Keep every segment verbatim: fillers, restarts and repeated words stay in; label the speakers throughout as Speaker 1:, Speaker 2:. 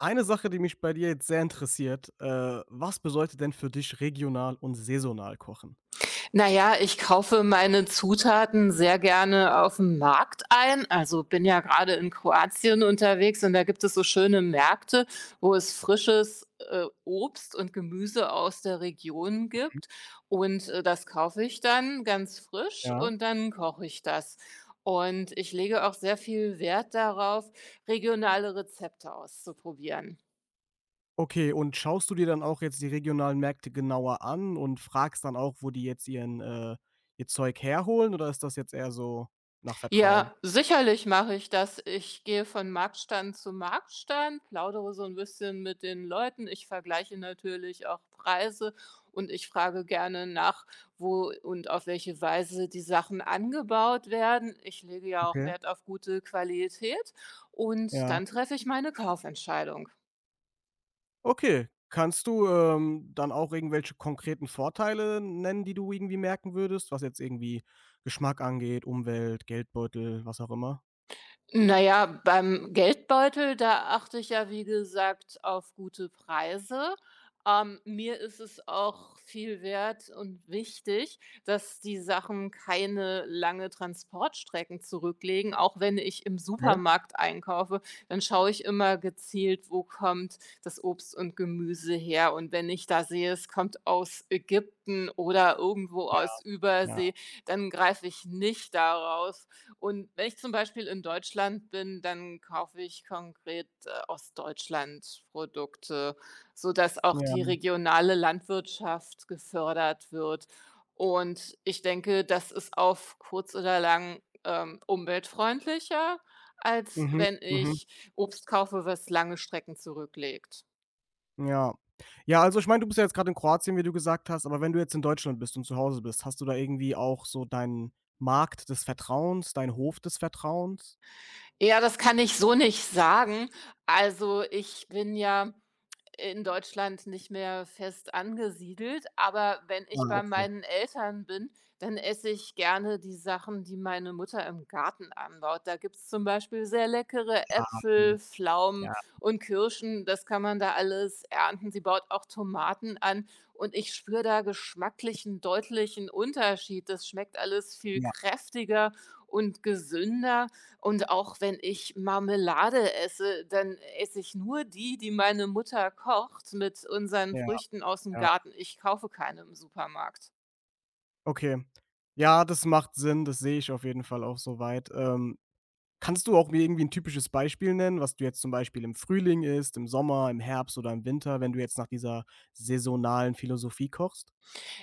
Speaker 1: Eine Sache, die mich bei dir jetzt sehr interessiert, äh, was bedeutet denn für dich regional und saisonal kochen?
Speaker 2: Na ja, ich kaufe meine Zutaten sehr gerne auf dem Markt ein. Also, bin ja gerade in Kroatien unterwegs und da gibt es so schöne Märkte, wo es frisches, äh, Obst und Gemüse aus der Region gibt. Und, äh, das kaufe ich dann ganz frisch
Speaker 1: Ja.
Speaker 2: und dann koche ich das. Und ich lege auch sehr viel Wert darauf, regionale Rezepte auszuprobieren.
Speaker 1: Okay, und schaust du dir dann auch jetzt die regionalen Märkte genauer an und fragst dann auch, wo die jetzt ihren äh, ihr Zeug herholen oder ist das jetzt eher so nach Vertrauen?
Speaker 2: Ja, sicherlich mache ich das. Ich gehe von Marktstand zu Marktstand, plaudere so ein bisschen mit den Leuten. Ich vergleiche natürlich auch Preise und ich frage gerne nach, wo und auf welche Weise die Sachen angebaut werden. Ich lege ja auch
Speaker 1: Okay.
Speaker 2: Wert auf gute Qualität und
Speaker 1: Ja.
Speaker 2: dann treffe ich meine Kaufentscheidung.
Speaker 1: Okay. Kannst du, ähm, dann auch irgendwelche konkreten Vorteile nennen, die du irgendwie merken würdest, was jetzt irgendwie Geschmack angeht, Umwelt, Geldbeutel, was auch immer?
Speaker 2: Na ja, beim Geldbeutel, da achte ich ja, wie gesagt, auf gute Preise. Ähm, mir ist es auch viel wert und wichtig, dass die Sachen keine lange Transportstrecken zurücklegen. Auch wenn ich im
Speaker 1: Okay.
Speaker 2: Supermarkt einkaufe, dann schaue ich immer gezielt, wo kommt das Obst und Gemüse her. Und wenn ich da sehe, es kommt aus Ägypten oder irgendwo
Speaker 1: Ja.
Speaker 2: aus
Speaker 1: Ja.
Speaker 2: Übersee, dann greife ich nicht darauf und wenn ich zum Beispiel in Deutschland bin, dann kaufe ich konkret, äh, aus Deutschland Produkte, sodass auch die
Speaker 1: Ja.
Speaker 2: regionale Landwirtschaft gefördert wird. Und ich denke, das ist auf kurz oder lang, ähm, umweltfreundlicher, als
Speaker 1: Mhm.
Speaker 2: wenn
Speaker 1: Mhm.
Speaker 2: ich Obst kaufe, was lange Strecken zurücklegt.
Speaker 1: Ja. Ja, also ich meine, du bist ja jetzt gerade in Kroatien, wie du gesagt hast, aber wenn du jetzt in Deutschland bist und zu Hause bist, hast du da irgendwie auch so deinen Markt des Vertrauens, deinen Hof des Vertrauens?
Speaker 2: Ja, das kann ich so nicht sagen. Also, ich bin ja in Deutschland nicht mehr fest angesiedelt, aber wenn ich
Speaker 1: Ah,
Speaker 2: bei
Speaker 1: okay.
Speaker 2: meinen Eltern bin, dann esse ich gerne die Sachen, die meine Mutter im Garten anbaut. Da gibt's zum Beispiel sehr leckere
Speaker 1: Ah, mhm.
Speaker 2: Äpfel, Pflaumen
Speaker 1: Ja,
Speaker 2: und Kirschen. Das kann man da alles ernten. Sie baut auch Tomaten an und ich spüre da geschmacklich einen deutlichen Unterschied. Das schmeckt alles viel
Speaker 1: ja,
Speaker 2: kräftiger und gesünder. Und auch wenn ich Marmelade esse, dann esse ich nur die, die meine Mutter kocht mit unseren
Speaker 1: ja,
Speaker 2: Früchten aus dem
Speaker 1: ja.
Speaker 2: Garten. Ich kaufe keine im Supermarkt.
Speaker 1: Okay. Ja, das macht Sinn, das sehe ich auf jeden Fall auch so weit. Ähm, kannst du auch mir irgendwie ein typisches Beispiel nennen, was du jetzt zum Beispiel im Frühling isst, im Sommer, im Herbst oder im Winter, wenn du jetzt nach dieser saisonalen Philosophie kochst?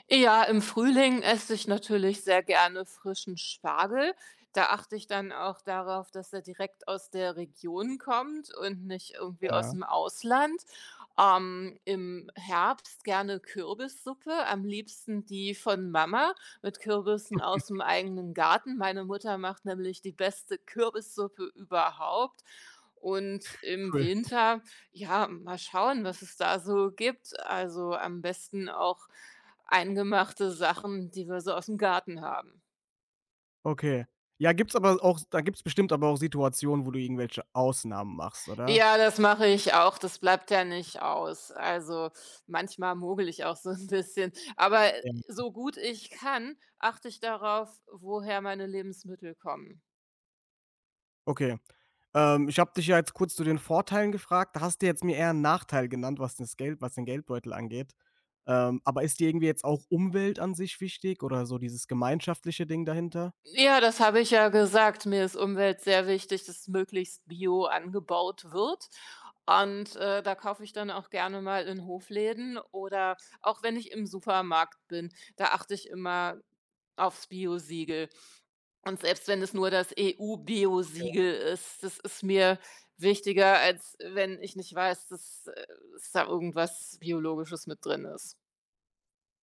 Speaker 2: Ja, im Frühling esse ich natürlich sehr gerne frischen Spargel. Da achte ich dann auch darauf, dass er direkt aus der Region kommt und nicht irgendwie aus
Speaker 1: Ja,
Speaker 2: dem Ausland. Ähm, im Herbst gerne Kürbissuppe, am liebsten die von Mama mit Kürbissen aus dem eigenen Garten. Meine Mutter macht nämlich die beste Kürbissuppe überhaupt. Und im
Speaker 1: cool.
Speaker 2: Winter, ja, mal schauen, was es da so gibt. Also, am besten auch eingemachte Sachen, die wir so aus'm Garten haben.
Speaker 1: Okay. Ja, gibt's aber auch da gibt's bestimmt aber auch Situationen, wo du irgendwelche Ausnahmen machst, oder?
Speaker 2: Ja, das mache ich auch, das bleibt ja nicht aus. Also, manchmal mogele ich auch so 'n bisschen, aber
Speaker 1: Ja.
Speaker 2: so gut ich kann, achte ich darauf, woher meine Lebensmittel kommen.
Speaker 1: Okay. Ähm, ich habe dich ja jetzt kurz zu den Vorteilen gefragt. Da hast du jetzt mir eher 'n Nachteil genannt, was das Geld was den Geldbeutel angeht. Ähm, aber ist dir irgendwie jetzt auch Umwelt an sich wichtig oder so dieses gemeinschaftliche Ding dahinter?
Speaker 2: Ja, das habe ich ja gesagt. Mir ist Umwelt sehr wichtig, dass möglichst bio angebaut wird und, äh, da kaufe ich dann auch gerne mal in Hofläden oder auch wenn ich im Supermarkt bin, da achte ich immer aufs Biosiegel. Und selbst wenn es nur das e u Siegel ist, das ist mir wichtiger, als wenn ich nicht weiß, dass, äh, dass da irgendwas Biologisches mit drin ist.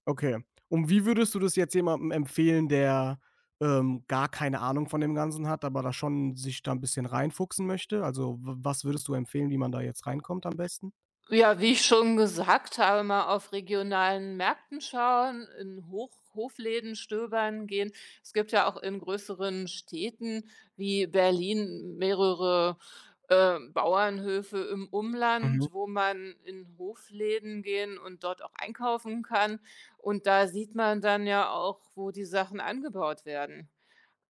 Speaker 1: Okay. Und wie würdest du das jetzt jemandem empfehlen, der, ähm, gar keine Ahnung von dem Ganzen hat, aber da schon sich da ein bisschen reinfuchsen möchte? Also, w was würdest du empfehlen, wie man da jetzt reinkommt am besten?
Speaker 2: Ja, wie ich schon gesagt habe, mal auf regionalen Märkten schauen, in Hoch Hofläden stöbern gehen. Es gibt ja auch in größeren Städten wie Berlin mehrere Ähm, Bauernhöfe im
Speaker 1: Mhm.
Speaker 2: Umland, wo man in Hofläden gehen und dort auch einkaufen kann. Und da sieht man dann ja auch, wo die Sachen angebaut werden.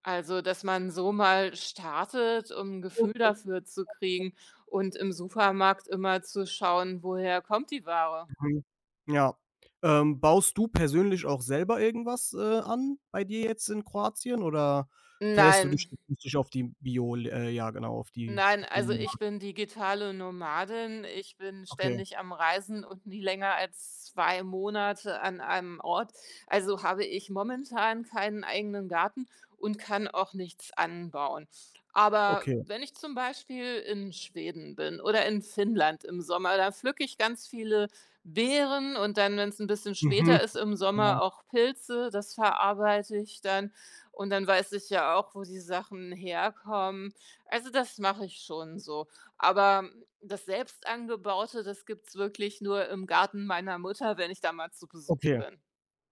Speaker 2: Also, dass man so mal startet, um 'n Gefühl dafür zu kriegen und im Supermarkt immer zu schauen, woher kommt die Ware.
Speaker 1: Mhm. Ja. Ähm, baust du persönlich auch selber irgendwas, äh, an bei dir jetzt in Kroatien oder verlässt du dich
Speaker 2: Nein.
Speaker 1: dich auf die Bio äh, ja genau, auf die
Speaker 2: Nein,
Speaker 1: auf
Speaker 2: also
Speaker 1: den Markt?
Speaker 2: ich bin digitale Nomadin. Ich bin
Speaker 1: Okay,
Speaker 2: ständig am Reisen und nie länger als zwei Monate an einem Ort. Also habe ich momentan keinen eigenen Garten und kann auch nichts anbauen. Aber
Speaker 1: okay.
Speaker 2: wenn ich zum Beispiel in Schweden bin oder in Finnland im Sommer, da pflücke ich ganz viele Beeren und dann, wenn es ein bisschen
Speaker 1: Mhm.
Speaker 2: später ist im
Speaker 1: Ja,
Speaker 2: Sommer, auch Pilze. Das verarbeite ich dann und dann weiß ich ja auch, wo die Sachen herkommen, also, das mache ich schon so. Aber hm, das selbst angebaute, das gibt's wirklich nur im Garten meiner Mutter, wenn ich da mal zu Besuch
Speaker 1: okay.
Speaker 2: bin.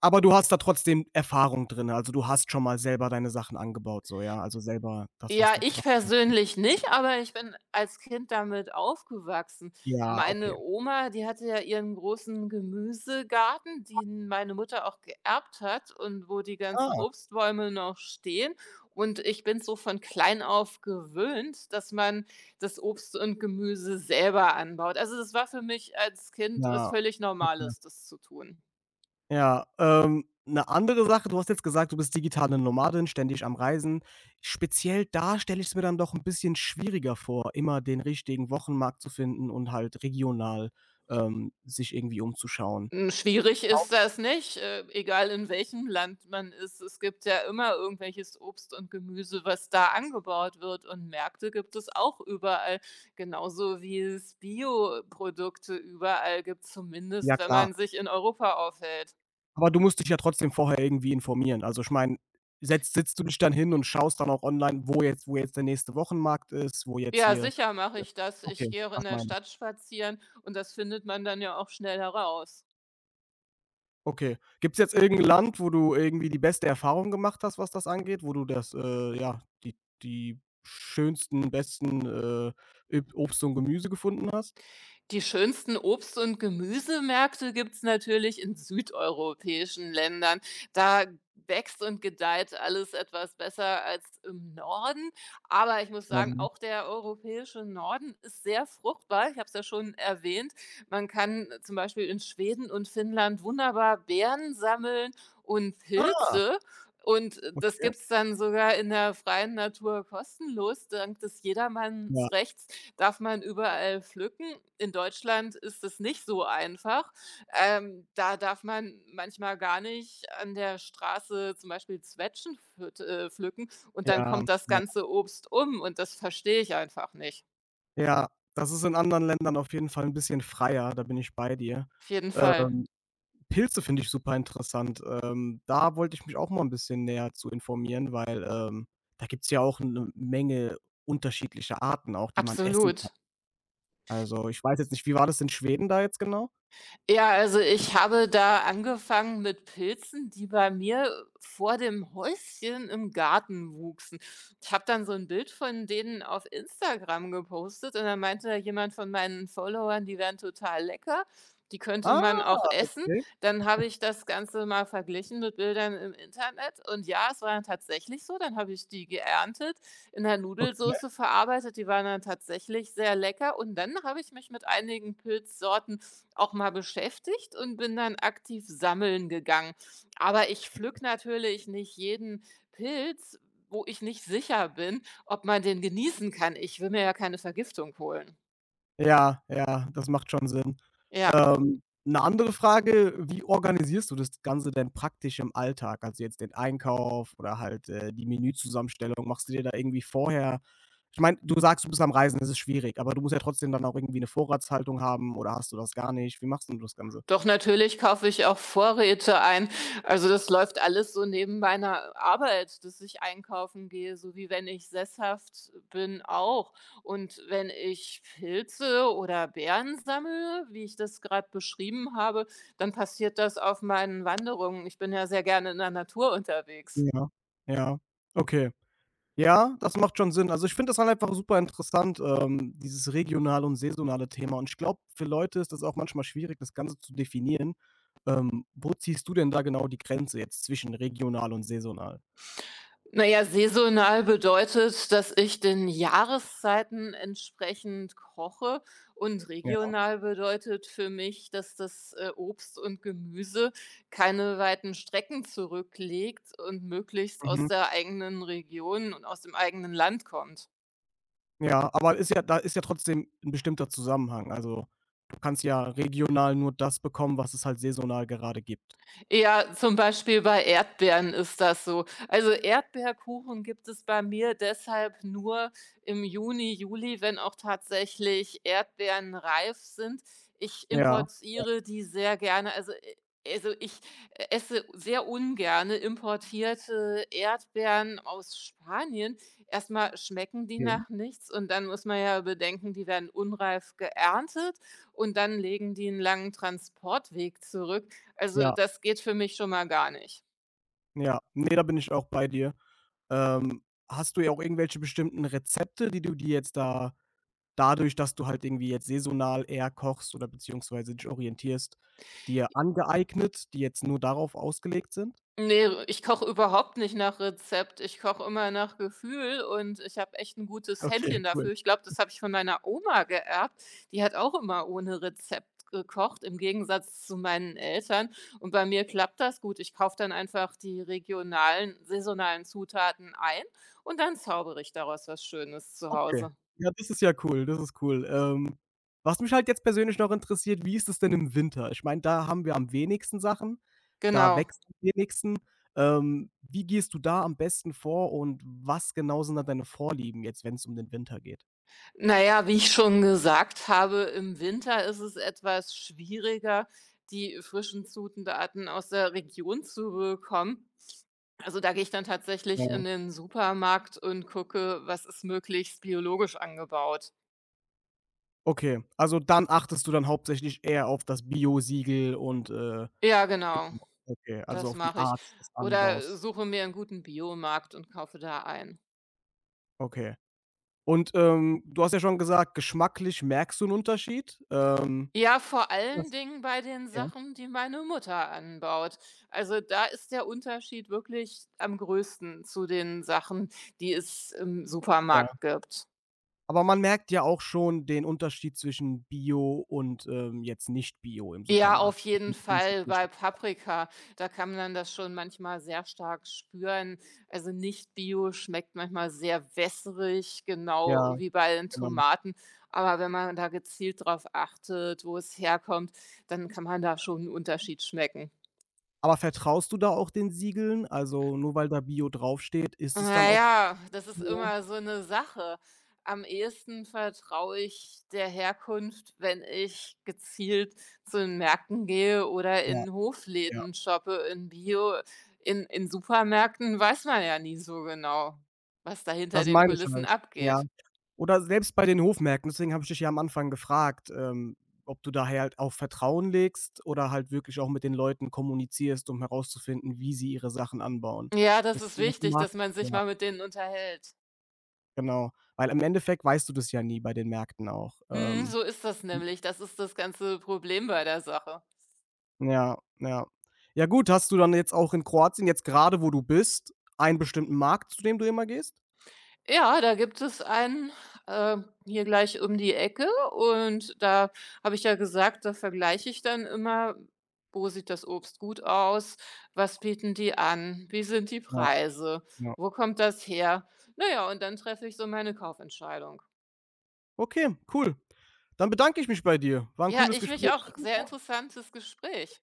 Speaker 1: Aber du hast da trotzdem Erfahrung drin, also du hast schon mal selber deine Sachen angebaut so, ja? Also selber das, was
Speaker 2: Ja,
Speaker 1: du
Speaker 2: ich
Speaker 1: was
Speaker 2: persönlich nicht, aber ich bin als Kind damit aufgewachsen.
Speaker 1: ja, okay.
Speaker 2: Meine Oma, die hatte ja ihren großen Gemüsegarten, den meine Mutter auch geerbt hat und wo die ganzen
Speaker 1: Ah,
Speaker 2: Obstbäume noch stehen. Und ich bin so von klein auf gewöhnt, dass man das Obst und Gemüse selber anbaut. Also, das war für mich als Kind was
Speaker 1: ja.
Speaker 2: völlig
Speaker 1: Okay.
Speaker 2: Normales, das zu tun.
Speaker 1: Ja, ähm, 'ne andere Sache, du hast jetzt gesagt, du bist digitale Nomadin, ständig am Reisen. Speziell da stelle ich es mir dann doch ein bisschen schwieriger vor, immer den richtigen Wochenmarkt zu finden und halt regional, ähm, sich irgendwie umzuschauen.
Speaker 2: Hm, schwierig
Speaker 1: Kau-
Speaker 2: ist das nicht, äh, egal in welchem Land man ist. Es gibt ja immer irgendwelches Obst und Gemüse, was da angebaut wird und Märkte gibt es auch überall, genauso wie es Bioprodukte überall gibt,
Speaker 1: Ja
Speaker 2: zumindest wenn
Speaker 1: klar,
Speaker 2: man sich in Europa aufhält.
Speaker 1: aber du musst dich ja trotzdem vorher irgendwie informieren. Also, ich meine, setzt sitzt du dich dann hin und schaust dann auch online, wo jetzt wo jetzt der nächste Wochenmarkt ist, wo jetzt
Speaker 2: Ja,
Speaker 1: hier
Speaker 2: sicher mache
Speaker 1: ja,
Speaker 2: ich das. Ich
Speaker 1: okay.
Speaker 2: gehe auch
Speaker 1: Was
Speaker 2: in der
Speaker 1: meinst du?
Speaker 2: Stadt spazieren und das findet man dann ja auch schnell heraus.
Speaker 1: Okay. Gibt's jetzt irgendein Land, wo du irgendwie die beste Erfahrung gemacht hast, was das angeht, wo du das, äh ja, die die schönsten, besten, äh, Üb Obst und Gemüse gefunden hast?
Speaker 2: Die schönsten Obst- und Gemüsemärkte gibt's natürlich in südeuropäischen Ländern. Da wächst und gedeiht alles etwas besser als im Norden. Aber ich muss sagen,
Speaker 1: Mhm.
Speaker 2: auch der europäische Norden ist sehr fruchtbar. Ich habe es ja schon erwähnt. Man kann zum Beispiel in Schweden und Finnland wunderbar Beeren sammeln und
Speaker 1: Ah,
Speaker 2: Pilze. Und das
Speaker 1: okay.
Speaker 2: gibt's dann sogar in der freien Natur kostenlos, dank des
Speaker 1: Ja,
Speaker 2: Jedermannsrechts. Darf man überall pflücken? In Deutschland ist es nicht so einfach. Ähm, da darf man manchmal gar nicht an der Straße zum Beispiel Zwetschgen pflüt äh, pflücken und dann
Speaker 1: ja,
Speaker 2: kommt das
Speaker 1: ja.
Speaker 2: ganze Obst um und das verstehe ich einfach nicht.
Speaker 1: Ja, das ist in anderen Ländern auf jeden Fall ein bisschen freier, da bin ich bei dir.
Speaker 2: Auf jeden Fall.
Speaker 1: Ähm, Pilze finde ich super interessant. Ähm, da wollte ich mich auch mal ein bisschen näher zu informieren, weil, ähm, da gibt's ja auch eine Menge unterschiedlicher Arten auch, die man essen.
Speaker 2: Absolut.
Speaker 1: Also, ich weiß jetzt nicht, wie war das in Schweden da jetzt genau?
Speaker 2: Ja, also ich habe da angefangen mit Pilzen, die bei mir vor dem Häuschen im Garten wuchsen. Ich habe dann so ein Bild von denen auf Instagram gepostet und dann meinte da jemand von meinen Followern, die wären total lecker, die könnte
Speaker 1: Ah,
Speaker 2: man auch essen.
Speaker 1: okay.
Speaker 2: Dann habe ich das Ganze mal verglichen mit Bildern im Internet und ja, es war dann tatsächlich so. Dann habe ich die geerntet, in der Nudelsauce verarbeitet, die waren dann tatsächlich sehr lecker und dann habe ich mich mit einigen Pilzsorten auch mal beschäftigt und bin dann aktiv sammeln gegangen. Aber ich pflück natürlich nicht jeden Pilz, wo ich nicht sicher bin, ob man den genießen kann. Ich will mir ja keine Vergiftung holen.
Speaker 1: Ja, ja, das macht schon Sinn.
Speaker 2: Ja.
Speaker 1: Ähm, 'ne andere Frage, wie organisierst du das Ganze denn praktisch im Alltag? Also, jetzt den Einkauf oder halt, äh, die Menüzusammenstellung. Machst du dir da irgendwie vorher, ich meine, du sagst, du bist am Reisen, das ist schwierig, aber du musst ja trotzdem dann auch irgendwie 'ne Vorratshaltung haben oder hast du das gar nicht? Wie machst denn du das Ganze?
Speaker 2: Doch, natürlich kaufe ich auch Vorräte ein. Also, das läuft alles so neben meiner Arbeit, dass ich einkaufen gehe, so wie wenn ich sesshaft bin auch. Und wenn ich Pilze oder Beeren sammle, wie ich das gerade beschrieben habe, dann passiert das auf meinen Wanderungen. Ich bin ja sehr gerne in der Natur unterwegs.
Speaker 1: Ja, ja, okay. Ja, das macht schon Sinn. Also, ich finde das halt einfach super interessant, ähm, dieses regionale und saisonale Thema. Und ich glaube, für Leute ist das auch manchmal schwierig, das Ganze zu definieren. Ähm, wo ziehst du denn da genau die Grenze jetzt zwischen regional und saisonal?
Speaker 2: Naja, saisonal bedeutet, dass ich den Jahreszeiten entsprechend koche und
Speaker 1: Ja,
Speaker 2: regional bedeutet für mich, dass das, äh, Obst und Gemüse keine weiten Strecken zurücklegt und möglichst aus
Speaker 1: mhm.
Speaker 2: der eigenen Region und aus dem eigenen Land kommt.
Speaker 1: Ja, aber ist ja da ist ja trotzdem ein bestimmter Zusammenhang. Also, du kannst ja regional nur das bekommen, was es halt saisonal gerade gibt.
Speaker 2: Ja, zum Beispiel bei Erdbeeren ist das so. Also Erdbeerkuchen gibt es bei mir deshalb nur im Juni, Juli, wenn auch tatsächlich Erdbeeren reif sind. Ich
Speaker 1: Ja,
Speaker 2: importiere die sehr gerne. Also, äh, also ich äh, esse sehr ungerne importierte Erdbeeren aus Spanien. Erst mal schmecken die
Speaker 1: okay.
Speaker 2: nach nichts und dann muss man ja bedenken, die werden unreif geerntet und dann legen die einen langen Transportweg zurück. Also,
Speaker 1: Ja,
Speaker 2: das geht für mich schon mal gar nicht.
Speaker 1: ja. Ne, da bin ich auch bei dir. Ähm, hast du ja auch irgendwelche bestimmten Rezepte, die du dir jetzt da dadurch, dass du halt irgendwie jetzt saisonal eher kochst oder beziehungsweise dich orientierst, dir angeeignet, die jetzt nur darauf ausgelegt sind?
Speaker 2: Ne, ich koche überhaupt nicht nach Rezept. Ich koche immer nach Gefühl und ich habe echt ein gutes
Speaker 1: Okay,
Speaker 2: Händchen
Speaker 1: cool.
Speaker 2: dafür. Ich glaube, das habe ich von meiner Oma geerbt. Die hat auch immer ohne Rezept gekocht, im Gegensatz zu meinen Eltern. Und bei mir klappt das gut. Ich kaufe dann einfach die regionalen, saisonalen Zutaten ein und dann zaubere ich daraus was Schönes zu
Speaker 1: Okay.
Speaker 2: Hause.
Speaker 1: Ja, das ist ja cool, das ist cool. Ähm, was mich halt jetzt persönlich noch interessiert, wie ist es denn im Winter? Ich meine, da haben wir am wenigsten Sachen, da
Speaker 2: Genau.
Speaker 1: wächst am wenigsten. Ähm, wie gehst du da am besten vor und was genau sind da deine Vorlieben jetzt, wenn es um den Winter geht?
Speaker 2: Na ja, wie ich schon gesagt habe, im Winter ist es etwas schwieriger, die frischen Zutaten aus der Region zu bekommen. Also, da gehe ich dann tatsächlich
Speaker 1: Ja.
Speaker 2: in den Supermarkt und gucke, was ist möglichst biologisch angebaut.
Speaker 1: Okay, also dann achtest du dann hauptsächlich eher auf das Bio-Siegel und, äh
Speaker 2: Ja, genau,
Speaker 1: Okay, also
Speaker 2: das
Speaker 1: auf die
Speaker 2: mache ich.
Speaker 1: Art des
Speaker 2: Oder
Speaker 1: Anbaus.
Speaker 2: suche mir einen guten Biomarkt und kaufe da ein.
Speaker 1: Okay. Und, ähm, du hast ja schon gesagt, geschmacklich merkst du 'n Unterschied. Ähm,
Speaker 2: Ja, vor allen
Speaker 1: das
Speaker 2: Dingen bei den
Speaker 1: ja,
Speaker 2: Sachen, die meine Mutter anbaut. Also, da ist der Unterschied wirklich am größten zu den Sachen, die es im
Speaker 1: ja.
Speaker 2: Supermarkt gibt.
Speaker 1: Aber man merkt ja auch schon den Unterschied zwischen Bio und, ähm, jetzt nicht Bio im
Speaker 2: Ja,
Speaker 1: Supermarkt.
Speaker 2: auf jeden Fall bei Paprika, da kann man das schon manchmal sehr stark spüren. Also, nicht Bio schmeckt manchmal sehr wässrig, genau
Speaker 1: Ja,
Speaker 2: wie bei den
Speaker 1: genau.
Speaker 2: Tomaten. Aber wenn man da gezielt drauf achtet, wo es herkommt, dann kann man da schon einen Unterschied schmecken.
Speaker 1: Aber vertraust du da auch den Siegeln? Also, nur weil da Bio draufsteht, ist es dann
Speaker 2: Na
Speaker 1: auch
Speaker 2: ja, das ist
Speaker 1: Bio?
Speaker 2: immer so eine Sache. Am ehesten vertraue ich der Herkunft, wenn ich gezielt zu den Märkten gehe oder
Speaker 1: Ja,
Speaker 2: in
Speaker 1: ja.
Speaker 2: Hofläden shoppe, in Bio. In in Supermärkten weiß man ja nie so genau, was da hinter
Speaker 1: Das
Speaker 2: den
Speaker 1: meine ich
Speaker 2: Kulissen
Speaker 1: halt. Ja.
Speaker 2: abgeht.
Speaker 1: Oder selbst bei den Hofmärkten. Deswegen habe ich dich ja am Anfang gefragt, ähm, ob du daher halt auf Vertrauen legst oder halt wirklich auch mit den Leuten kommunizierst, um herauszufinden, wie sie ihre Sachen anbauen.
Speaker 2: Ja, das
Speaker 1: Das
Speaker 2: ist
Speaker 1: ist auf dem
Speaker 2: wichtig,
Speaker 1: Markt,
Speaker 2: dass man sich
Speaker 1: ja,
Speaker 2: mal mit denen unterhält.
Speaker 1: genau. Weil im Endeffekt weißt du das ja nie bei den Märkten auch.
Speaker 2: Mhm,
Speaker 1: Ähm,
Speaker 2: so ist das nämlich. Das ist das ganze Problem bei der Sache.
Speaker 1: ja, ja. Ja gut, hast du dann jetzt auch in Kroatien, jetzt gerade, wo du bist, einen bestimmten Markt, zu dem du immer gehst?
Speaker 2: Ja, da gibt es einen, äh, hier gleich um die Ecke und da habe ich ja gesagt, da vergleiche ich dann immer, wo sieht das Obst gut aus, was bieten die an, wie sind die
Speaker 1: Ja,
Speaker 2: Preise,
Speaker 1: ja.
Speaker 2: wo kommt das her? Na ja, und dann treffe ich so meine Kaufentscheidung.
Speaker 1: Okay, cool. Dann bedanke ich mich bei dir. War 'n
Speaker 2: Ja,
Speaker 1: cooles
Speaker 2: ich mich
Speaker 1: Gespräch.
Speaker 2: auch. Sehr interessantes Gespräch.